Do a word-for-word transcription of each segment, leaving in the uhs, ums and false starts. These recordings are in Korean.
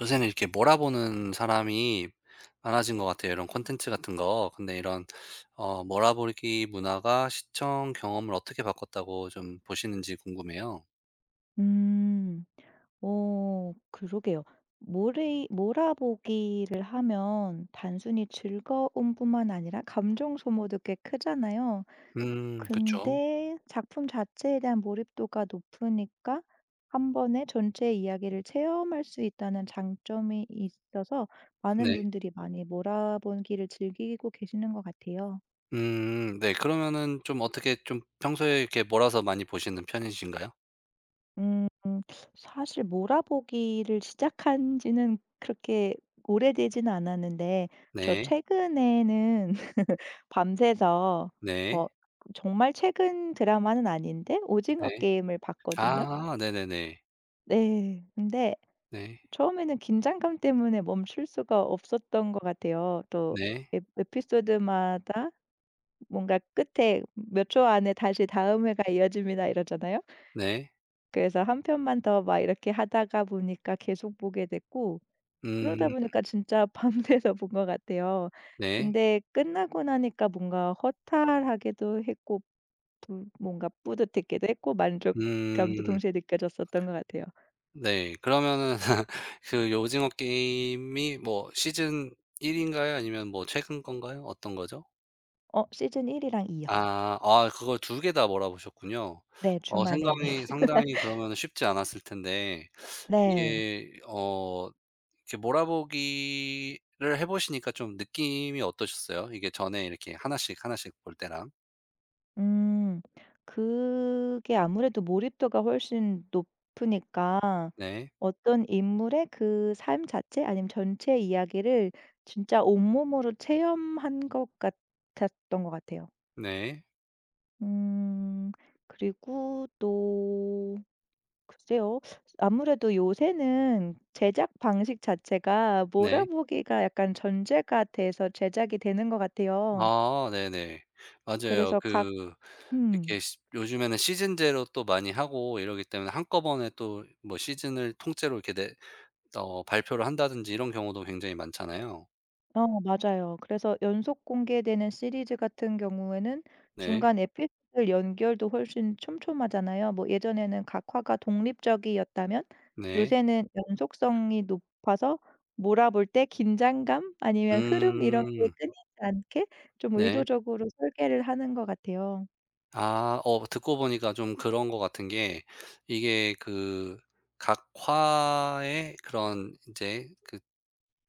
요새는 이렇게 몰아보는 사람이 많아진 것 같아요, 이런 콘텐츠 같은 거. 근데 이런 어 몰아보기 문화가 시청 경험을 어떻게 바꿨다고 좀 보시는지 궁금해요. 음. 어 그러게요. 모래 몰아보기를 하면 단순히 즐거움뿐만 아니라 감정 소모도 꽤 크잖아요. 음, 그쵸. 근데 작품 자체에 대한 몰입도가 높으니까 한 번에 전체 이야기를 체험할 수 있다는 장점이 있어서 많은 네. 분들이 많이 몰아보기를 즐기고 계시는 것 같아요. 음, 네. 그러면은 좀 어떻게 좀 평소에 이렇게 몰아서 많이 보시는 편이신가요? 음 사실 몰아보기를 시작한 지는 그렇게 오래되지는 않았는데 저 네. 최근에는 밤새서 네. 어 정말 최근 드라마는 아닌데 오징어 네. 게임을 봤거든요. 아, 네네네. 네. 근데 네. 처음에는 긴장감 때문에 멈출 수가 없었던 것 같아요. 또 네. 에 에피소드마다 뭔가 끝에 몇 초 안에 다시 다음 회가 이어집니다 이러잖아요. 네. 그래서 한 편만 더 막 이렇게 하다가 보니까 계속 보게 됐고 그러다 음, 보니까 진짜 밤새서 본 것 같아요. 네. 근데 끝나고 나니까 뭔가 허탈하게도 했고 부 뭔가 뿌듯했기도 했고 만족감도 음. 동시에 느껴졌었던 것 같아요. 네. 그러면은 그 오징어 게임이 뭐 시즌 일 인가요? 아니면 뭐 최근 건가요? 어떤 거죠? 어 시즌 원 이랑 2 요. 아. 아, 그걸 두 개 다 몰아보셨군요. 네. 어 주말 내내. 생각이 상당히 그러면 쉽지 않았을 텐데 네. 이게 어 이렇게 몰아보기를 해 보시니까 좀 느낌이 어떠셨어요? 이게 전에 이렇게 하나씩, 하나씩 볼 때랑. 음. 그게 아무래도 몰입도가 훨씬 높으니까 네. 어떤 인물의 그 삶 자체 아니면 전체 이야기를 진짜 온몸으로 체험한 것 같았던 것 같아요. 네. 음. 그리고 또 글쎄요. 아무래도 요새는 제작 방식 자체가 네. 몰아보기가 약간 전제가 돼서 제작이 되는 것 같아요. 아, 네네. 맞아요. 그래서 각 그 음. 이렇게 시 요즘에는 시즌제로 또 많이 하고 이러기 때문에 한꺼번에 또 뭐 시즌을 통째로 이렇게 내 어 발표를 한다든지 이런 경우도 굉장히 많잖아요. 어 맞아요. 그래서 연속 공개되는 시리즈 같은 경우에는 네. 중간 에피소드 연결도 훨씬 촘촘하잖아요. 뭐 예전에는 각 화가 독립적이었다면 네. 요새는 연속성이 높아서 몰아볼 때 긴장감 아니면 흐름 이런 게 음. 끊이지 않게 좀 네. 의도적으로 설계를 하는 것 같아요. 아, 어 듣고 보니까 좀 그런 것 같은 게 이게 그 각 화의 그런 인제 그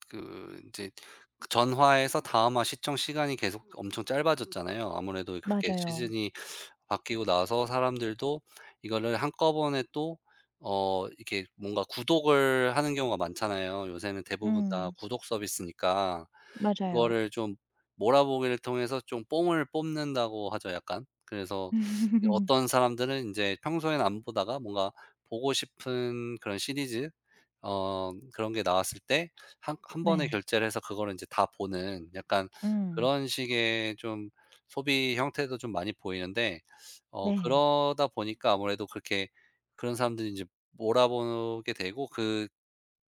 그 이제 전화에서 다음화 시청 시간이 계속 엄청 짧아졌잖아요. 아무래도 그렇게 맞아요. 시즌이 바뀌고 나서 사람들도 이거를 한꺼번에 또 어 이렇게 뭔가 구독을 하는 경우가 많잖아요. 요새는 대부분 다 음 구독 서비스니까. 맞아요. 이거를 좀 몰아보기를 통해서 좀 뽕을 뽑는다고 하죠 약간. 그래서 어떤 사람들은 인제 평소에는 안 보다가 뭔가 보고 싶은 그런 시리즈 어 그런 게 나왔을 때 한 한 번에 네. 결제를 해서 그거를 인제 다 보는 약간 음. 그런 식의 좀 소비 형태도 좀 많이 보이는데 어 네. 그러다 보니까 아무래도 그렇게 그런 사람들이 인제 몰아보게 되고 그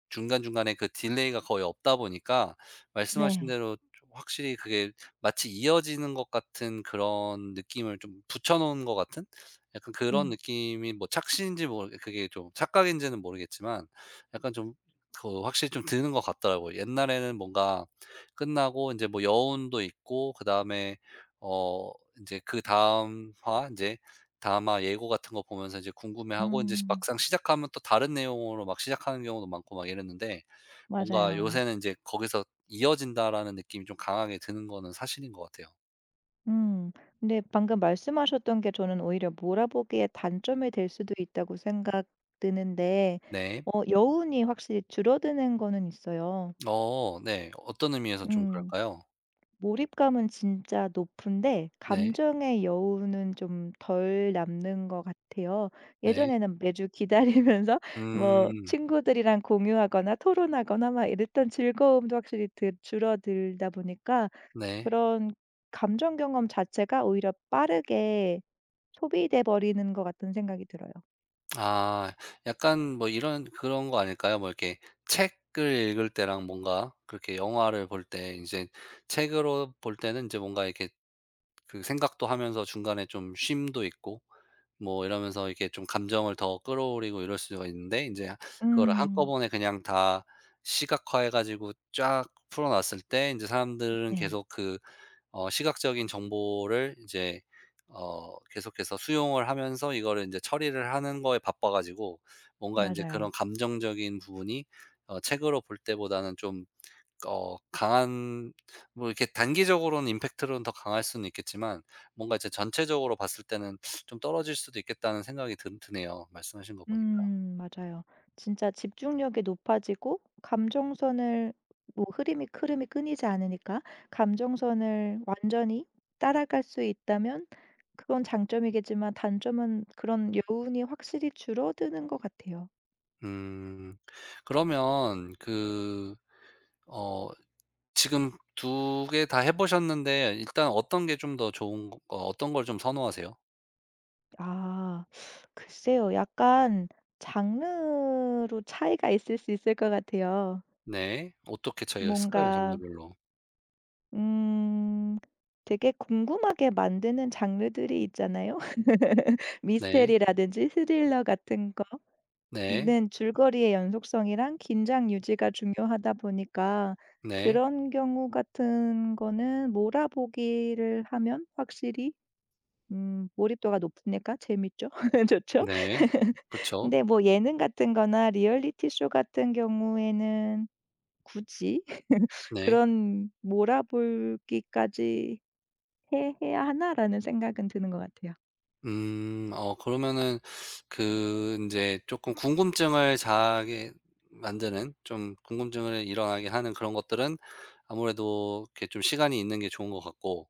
중간중간에 그 딜레이가 거의 없다 보니까 말씀하신 네. 대로 좀 확실히 그게 마치 이어지는 것 같은 그런 느낌을 좀 붙여 놓은 것 같은 약간 그런 음. 느낌이 뭐 착시인지 모르 그게 좀 착각인지는 모르겠지만 약간 좀 그 확실히 좀 드는 것 같더라고요. 옛날에는 뭔가 끝나고 인제 뭐 여운도 있고 그다음에 어 인제 그다음 화 인제 드라마 예고 같은 거 보면서 이제 궁금해하고 이제 음. 막상 시작하면 또 다른 내용으로 막 시작하는 경우도 많고 막 이랬는데 뭔가 맞아요. 요새는 이제 '거기서 이어진다.'라는 느낌이 좀 강하게 드는 거는 사실인 것 같아요. 음. 근데 방금 말씀하셨던 게 저는 오히려 몰아보기의 단점이 될 수도 있다고 생각 드는데 네. 어 여운이 확실히 줄어드는 거는 있어요. 어, 네. 어떤 의미에서 좀 음. 그럴까요? 몰입감은 진짜 높은데 네. 감정의 여운은 좀 덜 남는 것 같아요. 네. 예전에는 매주 기다리면서 뭐 음. 친구들이랑 공유하거나 토론하거나 막 이랬던 즐거움도 확실히 드 줄어들다 보니까 네. 그런 감정 경험 자체가 오히려 빠르게 소비돼 버리는 것 같은 생각이 들어요. 아, 약간 뭐 이런 그런 거 아닐까요? 뭐 이렇게 책을 읽을 때랑 뭔가 그렇게 영화를 볼 때 인제 책으로 볼 때는 인제 뭔가 이렇게 그 생각도 하면서 중간에 좀 쉼도 있고 뭐 이러면서 이렇게 좀 감정을 더 끌어올리고 이럴 수가 있는데 이제 그거를 음. 한꺼번에 그냥 다 시각화해 가지고 쫙 풀어 놨을 때 이제 사람들은 네. 계속 그 어 시각적인 정보를 이제 어 계속해서 수용을 하면서 이거를 이제 처리를 하는 거에 바빠 가지고 뭔가 이제 그런 맞아요. 감정적인 부분이 어 책으로 볼 때보다는 좀 어 강한 뭐 이렇게 단기적으로는 임팩트로는 더 강할 수는 있겠지만 뭔가 이제 전체적으로 봤을 때는 좀 떨어질 수도 있겠다는 생각이 드, 드네요 말씀하신 거 보니까. 음. 맞아요. 진짜 집중력이 높아지고 감정선을 뭐 흐름이 흐름이 끊이지 않으니까 감정선을 완전히 따라갈 수 있다면 그건 장점이겠지만 단점은 그런 여운이 확실히 줄어드는 것 같아요. 음. 그러면 그 어 지금 두 개 다 해 보셨는데 일단 어떤 게 좀 더 좋은 거 어 어떤 걸 좀 선호하세요? 아. 글쎄요. 약간 장르로 차이가 있을 수 있을 것 같아요. 네. 어떻게 차이가 있을까요, 뭔가 장르별로? 음. 되게 궁금하게 만드는 장르들이 있잖아요. 네. 미스테리라든지 스릴러 같은 네. 거는 줄거리의 연속성이랑 긴장 유지가 중요하다 보니까 네. 그런 경우 같은 거는 몰아보기를 하면 확실히 음 몰입도가 높으니까 재밌죠. 좋죠. 네. 그쵸. 근데 뭐 예능 같은 거나 리얼리티 쇼 같은 경우에는 굳이 네. 그런 몰아보기까지 '해 해야 하나.'라는 생각은 드는 것 같아요. 음. 어 그러면은 그 이제 조금 궁금증을 자게 만드는 좀 궁금증을 일어나게 하는 그런 것들은 아무래도 이렇게 좀 시간이 있는 게 좋은 것 같고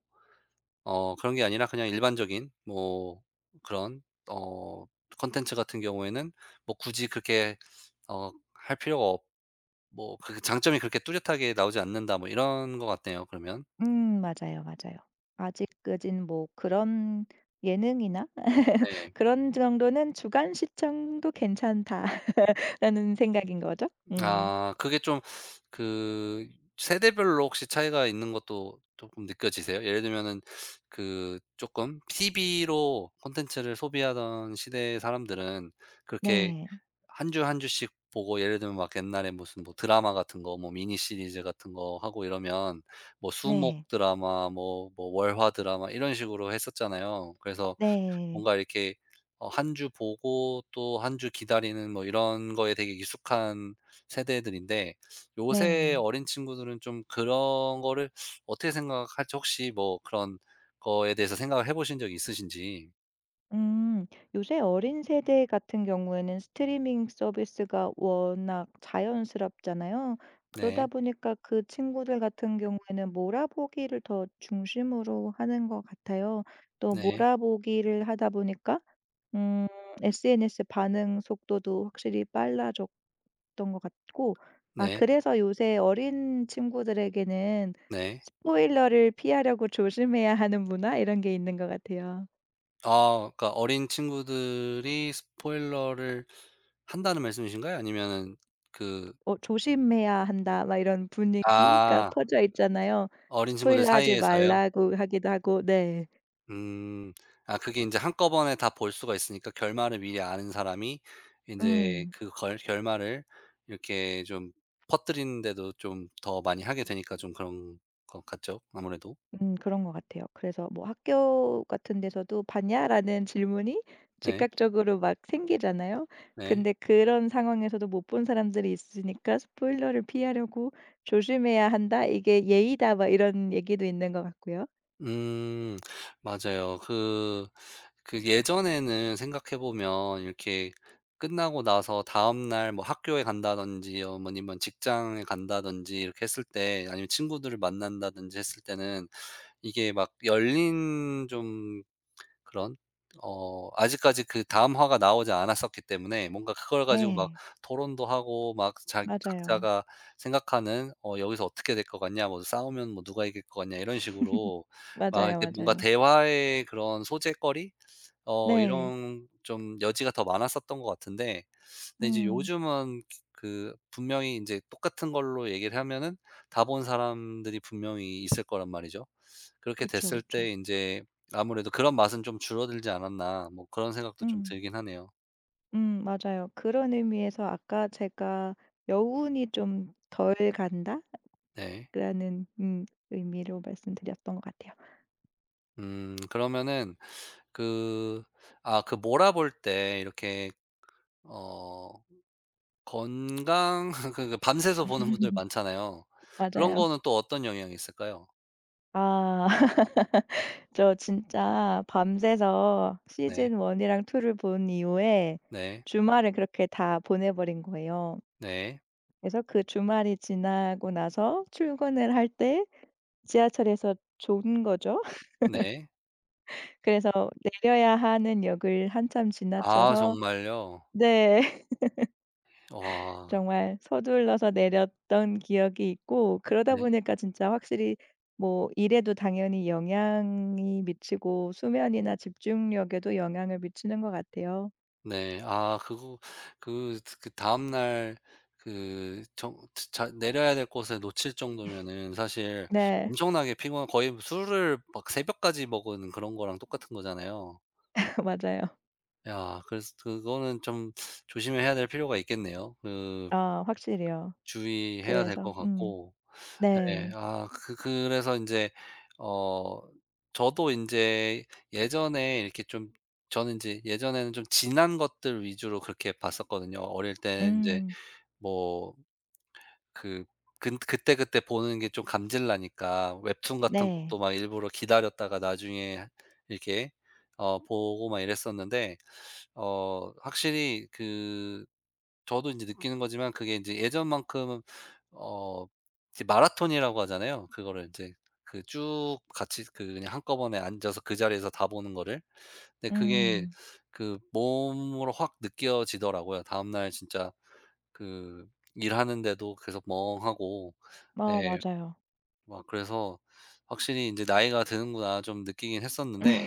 어 그런 게 아니라 그냥 일반적인 뭐 그런 어 컨텐츠 같은 경우에는 뭐 굳이 그렇게 어 할 필요가 없 뭐 그 장점이 그렇게 뚜렷하게 나오지 않는다 뭐 이런 것 같네요 그러면. 음 맞아요, 맞아요. 아직까진 뭐 그런 예능이나 네. 그런 정도는 '주간 시청도 괜찮다.'라는 생각인 거죠? 음. 아, 그게 좀 그 세대별로 혹시 차이가 있는 것도 조금 느껴지세요? 예를 들면은 그 조금 티비로 콘텐츠를 소비하던 시대의 사람들은 그렇게 네. 한 주 한 주씩 보고 예를 들면 막 옛날에 무슨 뭐 드라마 같은 거 뭐 미니 시리즈 같은 거 하고 이러면 뭐 수목 네. 드라마 뭐 뭐 월화 드라마 이런 식으로 했었잖아요. 그래서 네. 뭔가 이렇게 어, 한주 보고 또 한 주 기다리는 뭐 이런 거에 되게 익숙한 세대들인데 요새 네. 어린 친구들은 좀 그런 거를 어떻게 생각할지 혹시 뭐 그런 거에 대해서 생각을 해 보신 적이 있으신지? 음, 요새 어린 세대 같은 경우에는 스트리밍 서비스가 워낙 자연스럽잖아요. 그러다 네. 보니까 그 친구들 같은 경우에는 몰아보기를 더 중심으로 하는 것 같아요. 또 네. 몰아보기를 하다 보니까 음, 에스엔에스 반응 속도도 확실히 빨라졌 던것 같고, 아, 네. 그래서 요새 어린 친구들에게는 네. 스포일러를 피하려고 조심해야 하는 문화 이런 게 있는 것 같아요. 아, 그러니까 어린 친구들이 스포일러를 한다는 말씀이신가요? 아니면은 그 어 "조심해야 한다." 막 이런 분위기가 아, 퍼져 있잖아요. 어린 친구들 스포일러 하지 사이에서요? 말라고 하기도 하고 네. 음. 아, 그게 인제 한꺼번에 다 볼 수가 있으니까 결말을 미리 아는 사람이 인제 음. 그 걸 결말을 이렇게 좀 퍼뜨리는 데도 좀 더 많이 하게 되니까 좀 그런 것 같죠 아무래도. 음 그런 것 같아요. 그래서 뭐 학교 같은 데서도 "봤냐?"라는 질문이 네. 즉각적으로 막 생기잖아요. 네. 근데 그런 상황에서도 못 본 사람들이 있으니까 스포일러를 피하려고 "조심해야 한다. 이게 예의다." 막 이런 얘기도 있는 것 같고요. 음. 맞아요. 그 그 예전에는 생각해 보면 이렇게 끝나고 나서 다음날 뭐 학교에 간다든지 어머니면 직장에 간다든지 이렇게 했을 때 아니면 친구들을 만난다든지 했을 때는 이게 막 열린 좀 그런 어 아직까지 그 다음 화가 나오지 않았었기 때문에 뭔가 그걸 가지고 막 네. 토론도 하고 막 자 맞아요. 각자가 생각하는 어 "여기서 어떻게 될 것 같냐." 뭐 "싸우면 뭐 누가 이길 것 같냐." 이런 식으로 막 맞아요, 이렇게 뭔가 맞아요. 대화의 그런 소재거리 어 네. 이런 좀 여지가 더 많았었던 것 같은데 근데 이제 음. 요즘은 그 분명히 인제 똑같은 걸로 얘기를 하면은 다 본 사람들이 분명히 있을 거란 말이죠. 그렇게 그쵸, 됐을 그쵸. 때 이제 아무래도 '그런 맛은 좀 줄어들지 않았나.' 뭐 그런 생각도 좀 음. 들긴 하네요. 음 맞아요. 그런 의미에서 아까 제가 '여운이 좀 덜 네. 간다.'라는 음 의미로 말씀드렸던 것 같아요. 음, 그러면은 그 아, 그 몰아볼 때 이렇게 어 건강 그 그 밤새서 보는 분들 많잖아요. 그런 맞아요. 거는 또 어떤 영향이 있을까요? 아 저 진짜 밤새서 네. 시즌 원 이랑 투를 본 이후에 네. 주말을 그렇게 다 보내 버린 거예요. 네. 그래서 그 주말이 지나고 나서 출근을 할 때 지하철에서 존 거죠. 네. 그래서 내려야 하는 역을 한참 아, 지나쳐서 정말요? 네. 와. 정말 서둘러서 내렸던 기억이 있고 그러다 네. 보니까 진짜 확실히 뭐 일에도 당연히 영향이 미치고 수면이나 집중력에도 영향을 미치는 것 같아요. 네. 아, 그거 그 그다음 날 그 정 자 내려야 될 곳에 놓칠 정도면은 사실 네. 엄청나게 피곤한 거의 뭐 술을 막 새벽까지 먹은 그런 거랑 똑같은 거잖아요. 맞아요. 야, 그래서 그거는 좀 조심해야 될 필요가 있겠네요. 그 아 확실히요. 주의해야 될 그래서 것 음. 같고 네. 네. 아, 그 그래서 인제 어 저도 인제 예전에 이렇게 좀 저는 인제 예전에는 좀 진한 것들 위주로 그렇게 봤었거든요. 어릴 때 인제 음. 뭐 그 근 그때그때 보는 게 좀 감질 나니까 웹툰 같은 네. 것도 막 일부러 기다렸다가 나중에 이렇게 어 보고 막 이랬었는데 어 확실히 그 저도 이제 느끼는 거지만 그게 이제 예전만큼 어 이제 마라톤이라고 하잖아요. 그거를 이제 그 쭉 같이 그 그냥 한꺼번에 앉아서 그 자리에서 다 보는 거를. 근데 그게 음. 그 몸으로 확 느껴지더라고요. 다음날 진짜 그 일하는데도 계속 멍하고 어 예. 맞아요. 막 그래서 확실히 인제 '나이가 드는구나.' 좀 느끼긴 했었는데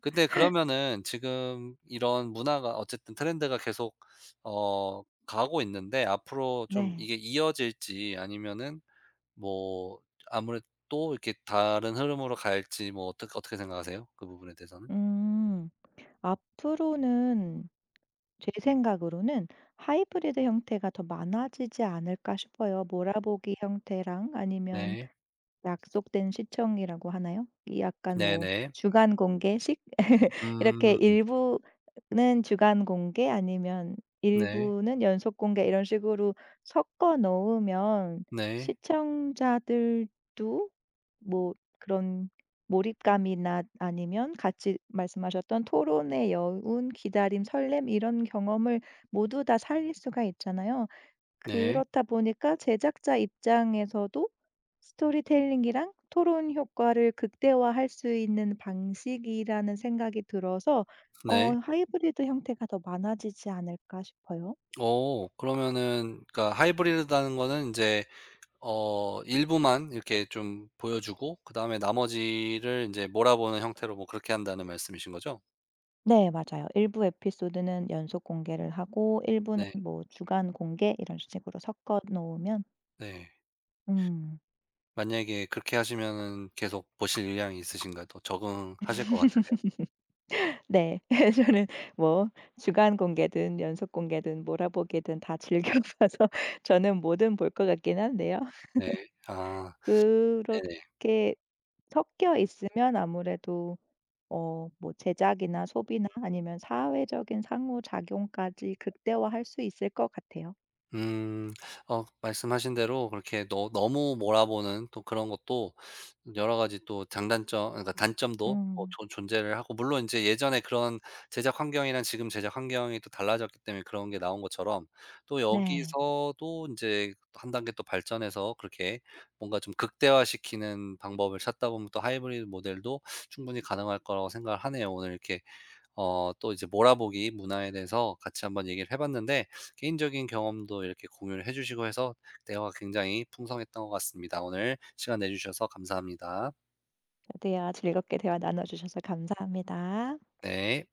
근데 그러면은 지금 이런 문화가 어쨌든 트렌드가 계속 어 가고 있는데 앞으로 좀 네. 이게 이어질지 아니면은 뭐 아무래도 또 이렇게 다른 흐름으로 갈지 뭐 어떻게 어떻게 생각하세요? 그 부분에 대해서는? 음. 앞으로는 제 생각으로는 '하이브리드 형태가 더 많아지지 않을까?' 싶어요. 몰아보기 형태랑 아니면 네. 약속된 시청이라고 하나요? 이 약간 뭐 네네. 주간 공개식 이렇게 음. 일부는 주간 공개 아니면 네. 일부는 연속 공개 이런 식으로 섞어 넣으면 네. 시청자들도 뭐 그런 몰입감이나 아니면 같이 말씀하셨던 토론의 여운, 기다림, 설렘 이런 경험을 모두 다 살릴 수가 있잖아요. 네. 그렇다 보니까 제작자 입장에서도 스토리텔링이랑 토론 효과를 극대화할 수 있는 방식이라는 생각이 들어서 어 네. 하이브리드 형태가 더 많아지지 않을까 싶어요. 어 그러면은 그러니까 하이브리드라는 거는 인제 어 일부만 이렇게 좀 보여 주고 그다음에 나머지를 인제 몰아보는 형태로 뭐 그렇게 한다는 말씀이신 거죠? 네 맞아요. 일부 에피소드는 연속 공개를 하고 일부는 네. 뭐 주간 공개 이런 식으로 섞어 놓으면 네. 음 만약에 그렇게 하시면은 계속 보실 의향이 있으신가요? 또 적응하실 것 같으세요? 네. 저는 뭐 주간 공개든 연속 공개든 몰아보기든 다 즐겨 봐서 저는 뭐든 볼 것 같긴 한데요. 네. 아, 네네. 그렇게 섞여 있으면 아무래도 어 뭐 제작이나 소비나 아니면 사회적인 상호작용까지 극대화할 수 있을 것 같아요. 음. 어 말씀하신 대로 그렇게 너 너무 몰아보는 또 그런 것도 여러 가지 또 장단점 그러니까 단점도 뭐 음. 존 존재를 하고 물론 이제 예전에 그런 제작 환경이랑 지금 제작 환경이 또 달라졌기 때문에 그런 게 나온 것처럼 또 네. 여기서도 이제 한 단계 또 발전해서 그렇게 뭔가 좀 극대화시키는 방법을 찾다 보면 또 하이브리드 모델도 충분히 가능할 거라고 생각을 하네요. 오늘 이렇게 어 또 이제 몰아보기 문화에 대해서 같이 한번 얘기를 해 봤는데 개인적인 경험도 이렇게 공유를 해 주시고 해서 대화가 굉장히 풍성했던 것 같습니다. 오늘 시간 내 주셔서 감사합니다. 저도요. 즐겁게 대화 나눠 주셔서 감사합니다. 네.